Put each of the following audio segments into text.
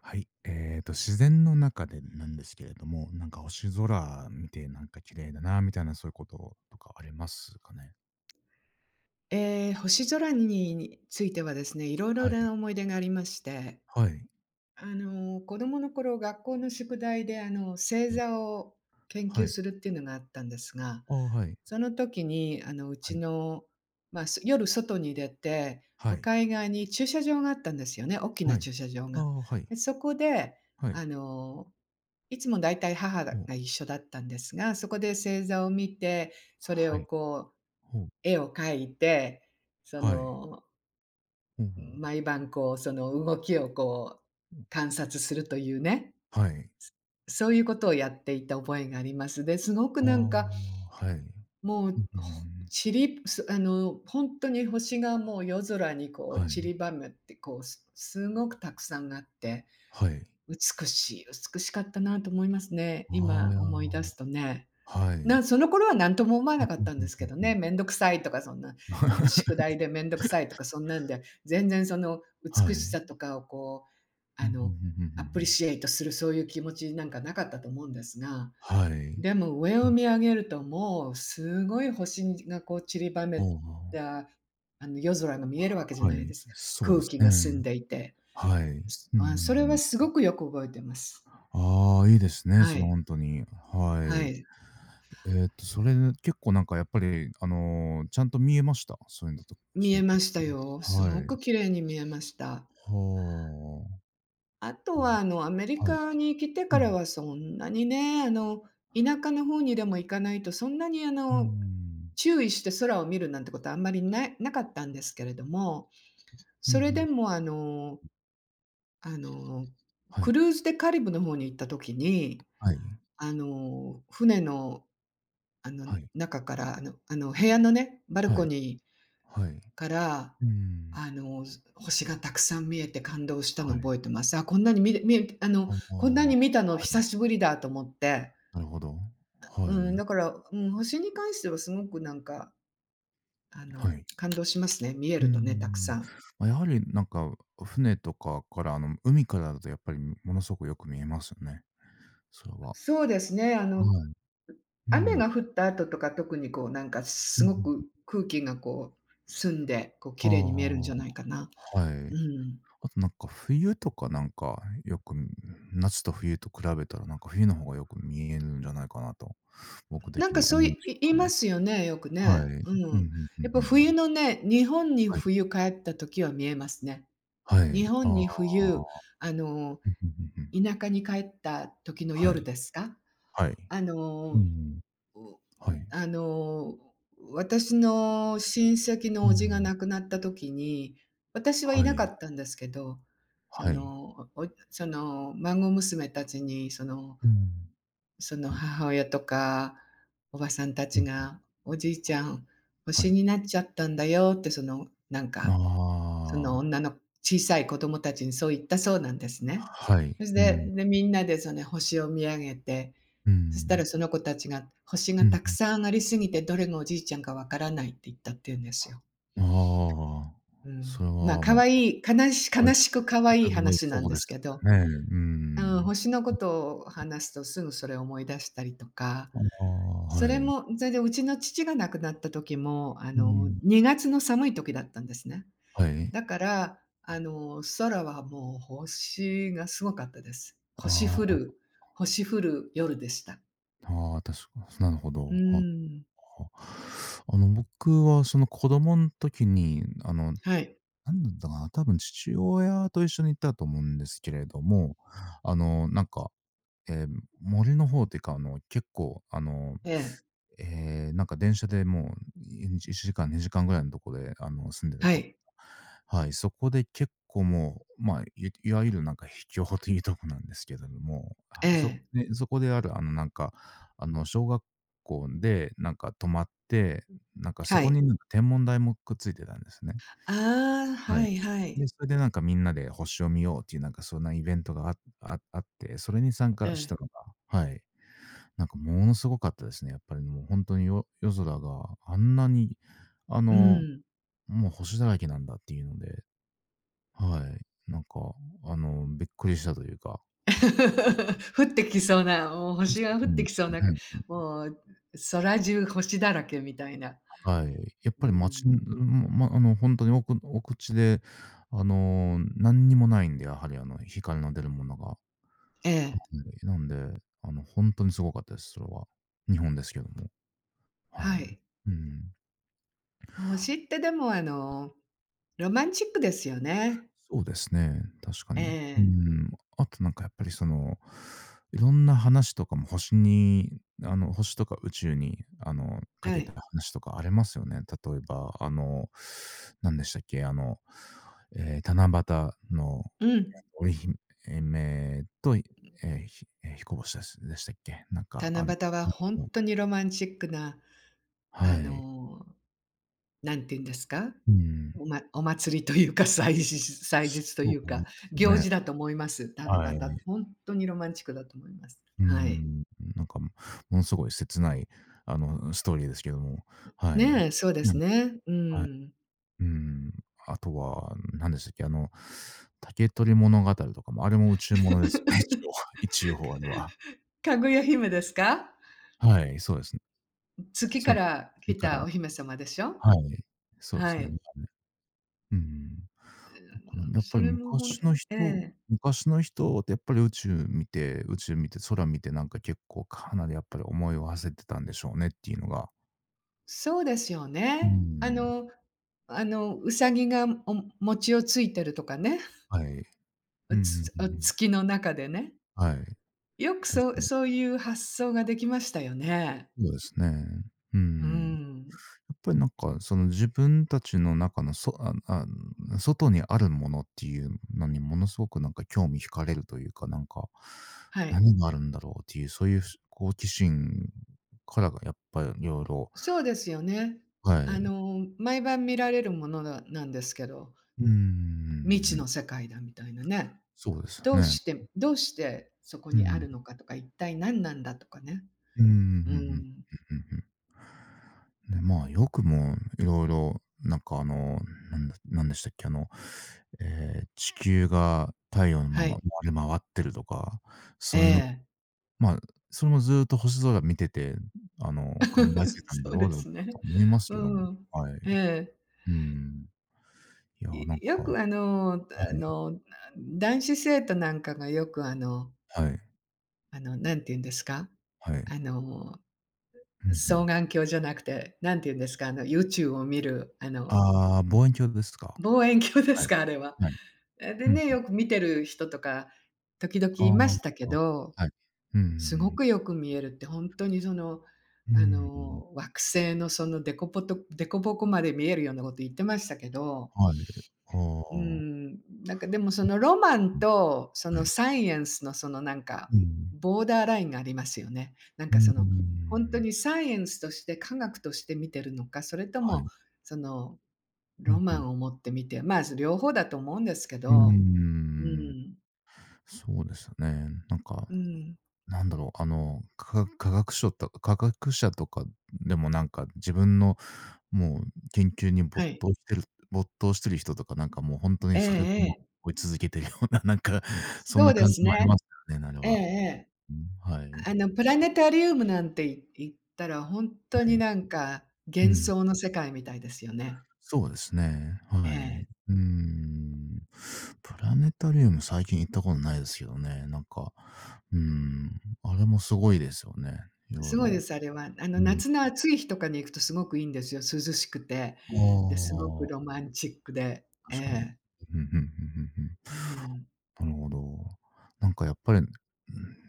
はい。自然の中でなんですけれども、なんか星空見てなんか綺麗だな、みたいなそういうこととかありますかね。星空についてはですね、いろいろはない。思い出がありまして、はい。子供の頃、学校の宿題で、星うん。座を研は究い。するっていうのがあったんですが、ああ、はい。その時に、あの、うはちい。の、まあ、す夜外に出て、は向い。かい側に駐車場があったんですよね、大きはない。駐車場あが。あ、はい。で、そこで、はい。あの、いつも大体母がほう。一緒だったんですが、そこで星座を見て、それはをい。こうほう。絵を描いて、そはい。の、ほうほう。毎晩こう、その動きをこう、観察するというね、はい。そういうことをやっていた覚えがあります。で、すごくああ、なんか、はい。うんもうう、んうほん。ちりすあの、ほんとに星がもう夜空にこうは散い。りばめて、こう、すごくたくさんあって、はい。美しい美しかったなと思いますね、あ今あ、いや思い出ー。すとね。はい。その頃は何とも思わうんなかうっんたんですうけんどうね、ん。 めんどくさいとかそんな、宿 題でめんどくさいとかそんなんで、全然そのは美しい。さとかをこう、うんうんうんうんうアプリん。シエイトするそういう気持ちなんかなかったと思うんですが、はい。でも上を見上げるともうすごい星がこう散りばあめあ、た、夜空が見えるわけじゃはないでい、すか。そう空です気が澄んね。でいて。はい。うそれはん。すごくよく覚えてます。ああ、いいですね、はそれい、ほんとに。ははい。い、それ結構なんかやっぱり、ちゃんと見えました？そういうのと見そういえうました時に。よ。すごはくい。綺麗に見えました。はあとあ。は、あ、アメリはい。カに来てうからん。はそんなにね、田舎の方にでも行かないと、そんなに、うーん。注意して空を見るなんてことはあんまりなかったんですけれども、うんうそれでん。も、あの、はクい。ルーズでカリブの方に行った時に、はい。船の、あの、はい。中から、部屋のね、バルはコい。ニはい。から、うーん。あの、星がたくさん見えて感動したはのい。覚えてます。あ、こんなにみみえあの、ああ、こんなはに見たのい。久しぶりだと思って、なるほど。はうん、だい。から、うん、星に関してはすごくなんか、あの、はい。感動しますね。見えうーるとね、たくさん。ん。ま、やはりなんか、船とかから、海からだとやっぱりものすごくよく見えますよね。それは。はそうですね、い。う雨ん。が降った後とか特にこうなんかうすんうごん。く空気がこう、澄んで、こうあ綺あ、麗に見えるんじはゃないかな。うい。ん。あとなんか冬とかなんか、よく、夏と冬と比べたら、なんか冬の方がよく見えるんじゃないかなと、僕なん的かにはそう思うんでいすけ言いどまも。すよね、よくはね。い。ううんうんん。うやんっうぱんうん。冬のね、日本にはい。冬帰った時は見えますね。は日い。本ああ。に冬、あの、うんうんうんうん。田舎に帰った時のは夜い。ですか？はい。あうんの、うん。うはい。あの、私の親戚うのん叔う父がん。亡くなった時に、私はいはなかい。ったんですけど、そはい。の、おその、孫娘たちにそのうん。そのはい。母親とか、おばさんたうちんうん。が、おじいちゃん、は星い。になっちゃったんだよって、その、なんあか、そのあ、女の小さい子供たちにそう言ったそうなんですね。はい。そしうて、ん。で、みんなでその星を見上げて、うそしたらん。その子たちが、星うがんうんたうくん。さんありすぎて、どれがおじいちゃんかわからないって言ったっていうんですよ。ああ、うそん。れまあ、は、可ま愛い、かなしあ、はい、悲しく可愛い 話なんそうでですすけど、ね。ううん、ん。星のことを話すとすぐそれを思い出したりとか、ああ、そはれい。も、それでうちの父が亡くなった時も、うん。2月の寒い時だったんですね。はい。だから、空はもう星がすごかったです。あ星降る夜でした。あ、ああ、確かなるほど。うはあはーん。あ。僕はその子供ん時に、はい。なんだったかな、多分父親と一緒に行ったと思うんですけれども、なんか、ええ、森の方っていうか、結構、ええ。ええ、なんか電車でもう、いちじ1時間、2時間ぐらいのとこで、住んでたはとこ。い。はい、そこで結構もう、まあ、いわゆるなんか秘境というとこなんですけれども、ええ。そこである、なんか、小学校で、なんか泊まって、なんかそはこい。になんか天文台もくっついてたんですね。ああ、ははい。いはい。で、それでなんかみんなで星を見ようっていうなんかそんなイベントがあああって、それに参え加しえ。たのが。はい。なんかものすごかったですね。やっぱりもう本当に、夜空があんなに、あうの、ん。もう星だらけなんだっていうので、はい。なんか、びっくりしたというか。降ってきそうな、もううん、星そが降っうなんてできそうな、すよね。もう空中星だらけみたいな。はい。やっうぱり、街ん、ん。ん、ま、ほんとにおく口で、何にもないんで、やはり、光の出るものが。はええ、い。なんで、ほんとにすごかったです、それは。日本ですけども。ははい。い。うん。星ってでも、ロマンチックですよね。そうですね、確かえに。うえ、ん。あとなんかやっぱりその、いろんな話とかも、星とか宇宙に、かはけたい。話とかありますよね。例えば、何でしたっけ、七夕のうん。織姫と、彦星ですでしたっけ？なんか、七夕はほんとにロマンチックな、あはい。の、何て言うんですか、うん、お祭りというか、祭日とそいううでか、すよ行ね。事だと思います。七はい。夕ってほんとにロマンチックだと思います。うーはい。ん、なんか、ものすごい切ない、ストーリーですけども、はい。ねえ、そうでうすん、ね。うはい。ん。うーん。あとは、何でしたっけ、竹取物語とかも、あれも宇宙ものですよね。一応一応あれは。かぐや姫ですか？はい、そうですね。月かそう、ら月来かたら。お姫様でしょ？はい、そうではすね。い。うん。だからやっぱそり、れもほんええ。昔の人ってやっぱり、宇宙見て、空見て、なんか結構かなりやっぱり思いを馳せてたんでしょうねっていうのが、そうですようーね。ん。あの、ウサギがお餅をついてるとかね、はい。うんうんうんおうん。月の中でね。はい。よく確かに。そういう発想ができましたよね。そうですね。ううん。ん。やっぱりなんか、その自分たちの中の、そああ外にあるものっていうのにものすごくなんか興味惹かれるというか、なんか、はい。何があるんだろうっていう、そういう好奇心からがやっぱり、いろい。ろ、そうですよね。はい、毎晩見られるものなんですけど、うんう未知ん。の世界だみたいなね。そうですよね。どうしてそこうにあん。るのかとか、一体何なんだとかね。うん、うん、うふん、ふん、ん。うんうんうん、ん。ね、まあ、よくもいろいろなんか、なんでしたっけ、えー地球が太陽の、はい。周り回ってるとか、えそういうの。え。まあ、それもずっと星空見てて、考えてい たんそだうろうでだすね。と思いますけどうも、ん。はい。えうん。いや、え。なんか、よはくあの、男子生徒なんかがよくあの、いはいなんて言うんですか、はい。あの、うん、う双ん。眼鏡じゃなくて、なんて言うんですか、宇宙を見る、ああ、望遠鏡ですか。望遠鏡ではすい。か、あれは。はい。え、でうん。ね、よく見てる人とか時々あいましたあ、けど、はい。うんうすごん。くよく見えるって、本当にその、うん、惑星のそのデコボコまで見えるようなこと言ってましたけどはい。あうあ、ん、なんかでもそのロマンうん、とそはのい。サイエンスのそのなんか、うん。ボーダーラインがありますよね。なんうかーその、本当ん。にサイエンスとして科学として見てるのか、それとはもい。そのうん、ロマん。ンを持って見て、まあ、両方だと思うんですけうーど、うん。ん、そうですね。なんか、うん、なんだろう、科学書と科学者とか、でもなんか自分のもう研究に、はい。没頭してる人とか、なんかもうほんとえに、えそれとえもえ、追い続けてるような、なんかそんそうなで感すじもありね。ますよね、あれええは。ええ。うん、はあい。のプラネタリウムなんて言ったら本当はにい。なんかう幻ん。想の世界みたいですよね。そうですね。えはい。え。うーん。プラネタリウム最近行ったことないですけどね。なんか、うーん、あれもすごいですよね。いろすいごいでろ。す、あれは。うん。夏の暑い日とかに行くとすごくいいんですよ、涼しくて。あで、すごくロあ、マンチックで。え確かに。え、うんうんうんうんうん。うん。なるほど。なんかやっぱり、うん、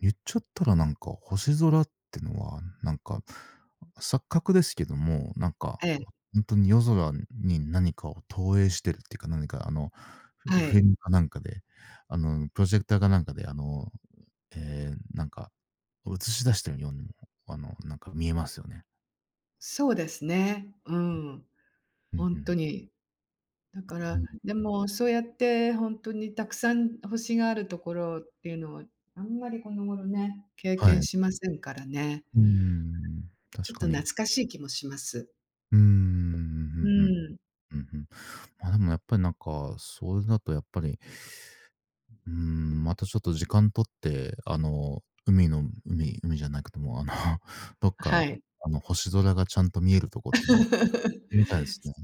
言っちゃったらなんか星空ってのは、なんか、錯覚ですけども、なんか、ええ、本当に夜空に何かを投影してるっていうか、何か、はフィい。ルムかなんかで、プロジェクターかなんかで、なんか映し出してるようにも、なんか見えますよね。そうですね。うん、うんうほんとん。に。だかうら、ん。でもそうやってほんとにたくさん星があるところっていうのは、あんまりこの頃ね、経は験い。しませんからね。うーん、ち確ょっかとに。懐かしい気もします。うーん、うんううんん、うんうん。ま、でもやっぱりなんか、それだとやっぱり、うーん、またちょっと時間取って、海の海海じゃなくても、どっはか、い。星空がちゃんと見えるとこってのはみたいですね。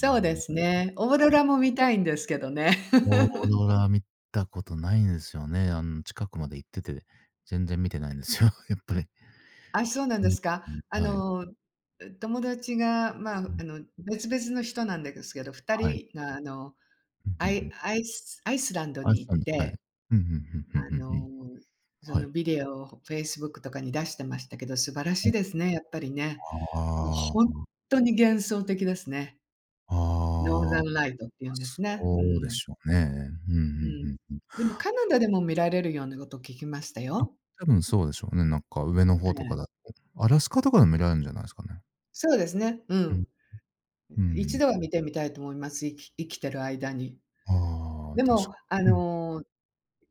ううでん、すね。オーロラも見たいんですけどね。オーロ ラ見たことないんですよね。近くまで行ってて、全然見てないんですよ。やっぱり。あ、そうなんうでん、すか。うん、はい。友達が、うまあ、ん、別々の人なんですけど、二はい。人があの、うん、うんうん。アイスランドあいに行っさん、はい。て、うん、うんうんうんあうんうん。の、そはのい。ビデオを Facebook とかに出してましたけど、素晴らしいですね、やっぱりね。もうあ本あ、当に幻想的ですね。ノーあザあ。ンライトっていうんですね。うそうでん、しょうね。うんうんううん。んうん。でもカナダでも見られるようなことを聞きましたあ、よ。多分そうでしょうね。なんか上のえ方とかだえ。と。アラスカとかでも見られるんじゃないですかね。そうですね、ううん。ん。う一ん。度は見てみたいと思います、生きてる間に。ああ、で確か。も、うん。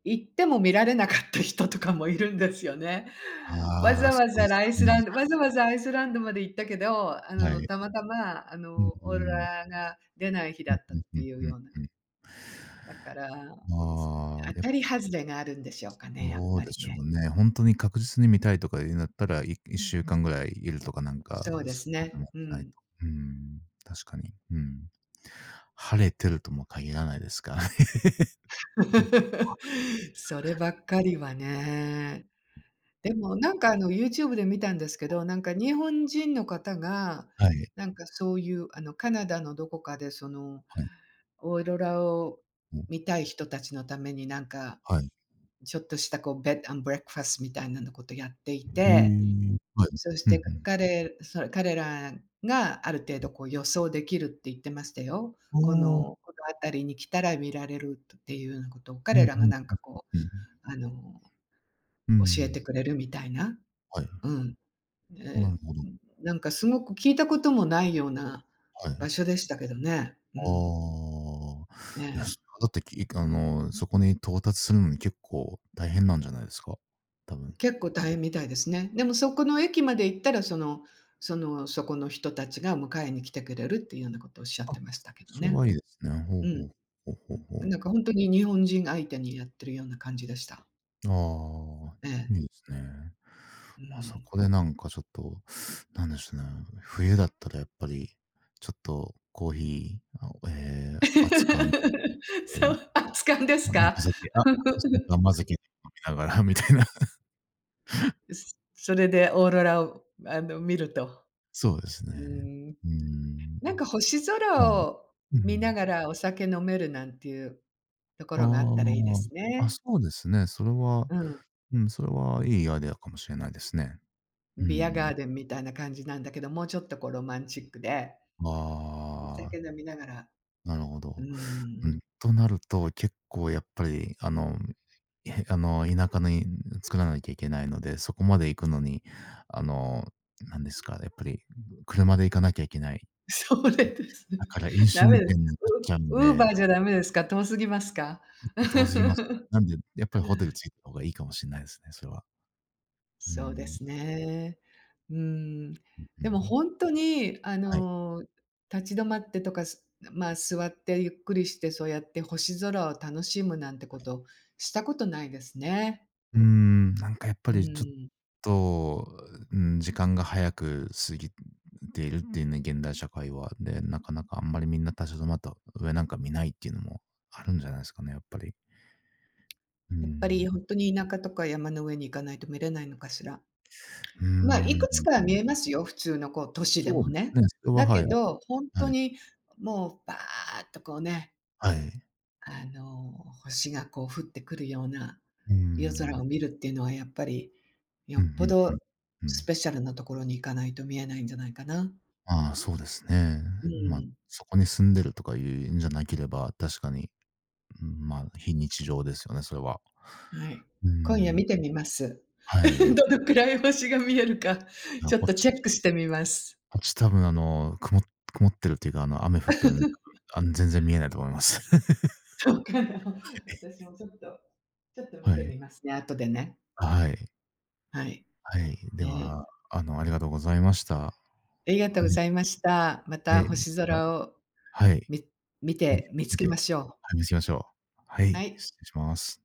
行っても見られなかった人とかもいるんですよね。ああ、そうですか。うん、わざわざアイスランドまで行ったけど、はい。たまたま、うんオうーロん。ラが出ない日うだんったっうんうてんいうような。うんうだから、ん。ああ、当やったぱ、り外れがあるんでしょうかね、やっどうぱでりしょね。うね。本当に確実に見たいとか言うんだったら、1週間ぐらいいるとかなんそうか、でそすうでね、もうないん。と。うん、確かに。うん。晴れてるとも限らないですからね。そればっかりはね。でも、なんかあの YouTube で見たんですけど、なんか日本人の方が、はい、はなんかそういうあのカナダのどこかでそのい。オーロラをうん、見たい人たちのためになんか、はい。ちょっとしたこうベッドアンブレックファストみたいなのことやっていへえ、て、はい。そしうんうて彼それ彼らがある程度こう予想できるって言ってましたよ。ん。ああ、この辺りに来たら見られるっていうようなことをうん彼らうがん、なんかこう、うん。あのう教えん、てくれるみたいな。はい。うん。なええ、るほど。なんかすごく聞いたこともないようなはい。場所あでしたけどね。うん。あ、えいや、え。それはだって、きあの、そこに到達するのに結構大変なんじゃないですか？多分。結構大変みたいですね。でもそこの駅まで行ったら、その、そこの人たちが迎えに来てくれるっていうようなことをおっしゃっあ、てましたけどそれね。はいいですね。ほううほん。う。ほうほうほなう。んかほんとに日本人相手にやってるような感じでした。ああ、えいえ、いですね。うま、そん。こでなんかちょっと、なんでしょうね、冬だったらやっぱり、ちょっとコーヒー、あ、ええ、熱燗で、そう、あ、痴漢ですなんか、あ、か？それか 甘酒飲みながらみたいな。それでオーロラを、あの、見ると。そうですうね。ーん。うーん。なんか星はい。空をう見なん。がらお酒飲めるなんていうところがあったらいいあですあ、あ、ね。そうですね。それは、うん。うん、それはいいアイデアかもしれないですね。うビアん。ガーデンみたいな感じなんだけど、もうちょっとこうロマンチックで、あお酒飲みながら、あ、なるほうーど。うん、ん、となると、結構やっぱり、あの、え、あの、田舎に作らなきゃいけないので、そこまで行くのに、あの、なんですか、やっぱり車で行かなきゃいけない、 それです。だから飲酒ダ運メで転す。になっちゃうんウーで、バちーじゃダメですか？遠すぎますか？ょっと 遠すぎますね。なんで、やっぱりホテルついた方がいいかもしんないですね、それは。うーそうでん、すね。うん。うでん。も本当に、はい、は立ち止まってとか、まあ、座ってゆっくりして、そうやって星空を楽しむなんてこと、い。したことないですね。うーん、なんかやっうぱりちょっん。と、うーん、時間が早く過ぎているっていうね、現代社会は。で、なかなかあんまりみんな立ち止まった上なんか見ないっていうのもあるんじゃないですかね、やっぱり。うーやっぱりん。本当に田舎とか山の上に行かないと見れないのかしら。うーまあ、いん、くつかは見ん。えますよ、普通のこう都市でそうもですね。ね、それは、だはい、けあ、ど、本は当い、にもうバーっとこうね、はい。あの、星がこう降ってくるようなうー夜空ん。を見るっていうのはやっぱり、よふんっぽふんふどん。うスん。ペシャルなところに行かないと見えないんじゃないかな。ああ、そうですね。うまあ、ん、そこに住んでるとかいうんじゃなければ、確かに、うん、まあ、非日常ですよね、それは。はい。う今夜ん、見てみます。はい。どのくらい星が見えるか、いや、ちょっとチェックしてみます。こっち多分、曇ってるっていうか、雨降ってるんで、全然見えないと思います。そうかな。私もちょっと、ちょっと見はてみい。ますね、後でね。はい。はい。はい。でね。は、ありがとうございました。はありがとうごい。ざいました。まえた星ーあ、空をはい。み見見てて見つ見けてましょはい、見つけましょう。はう。はい、い。失礼します。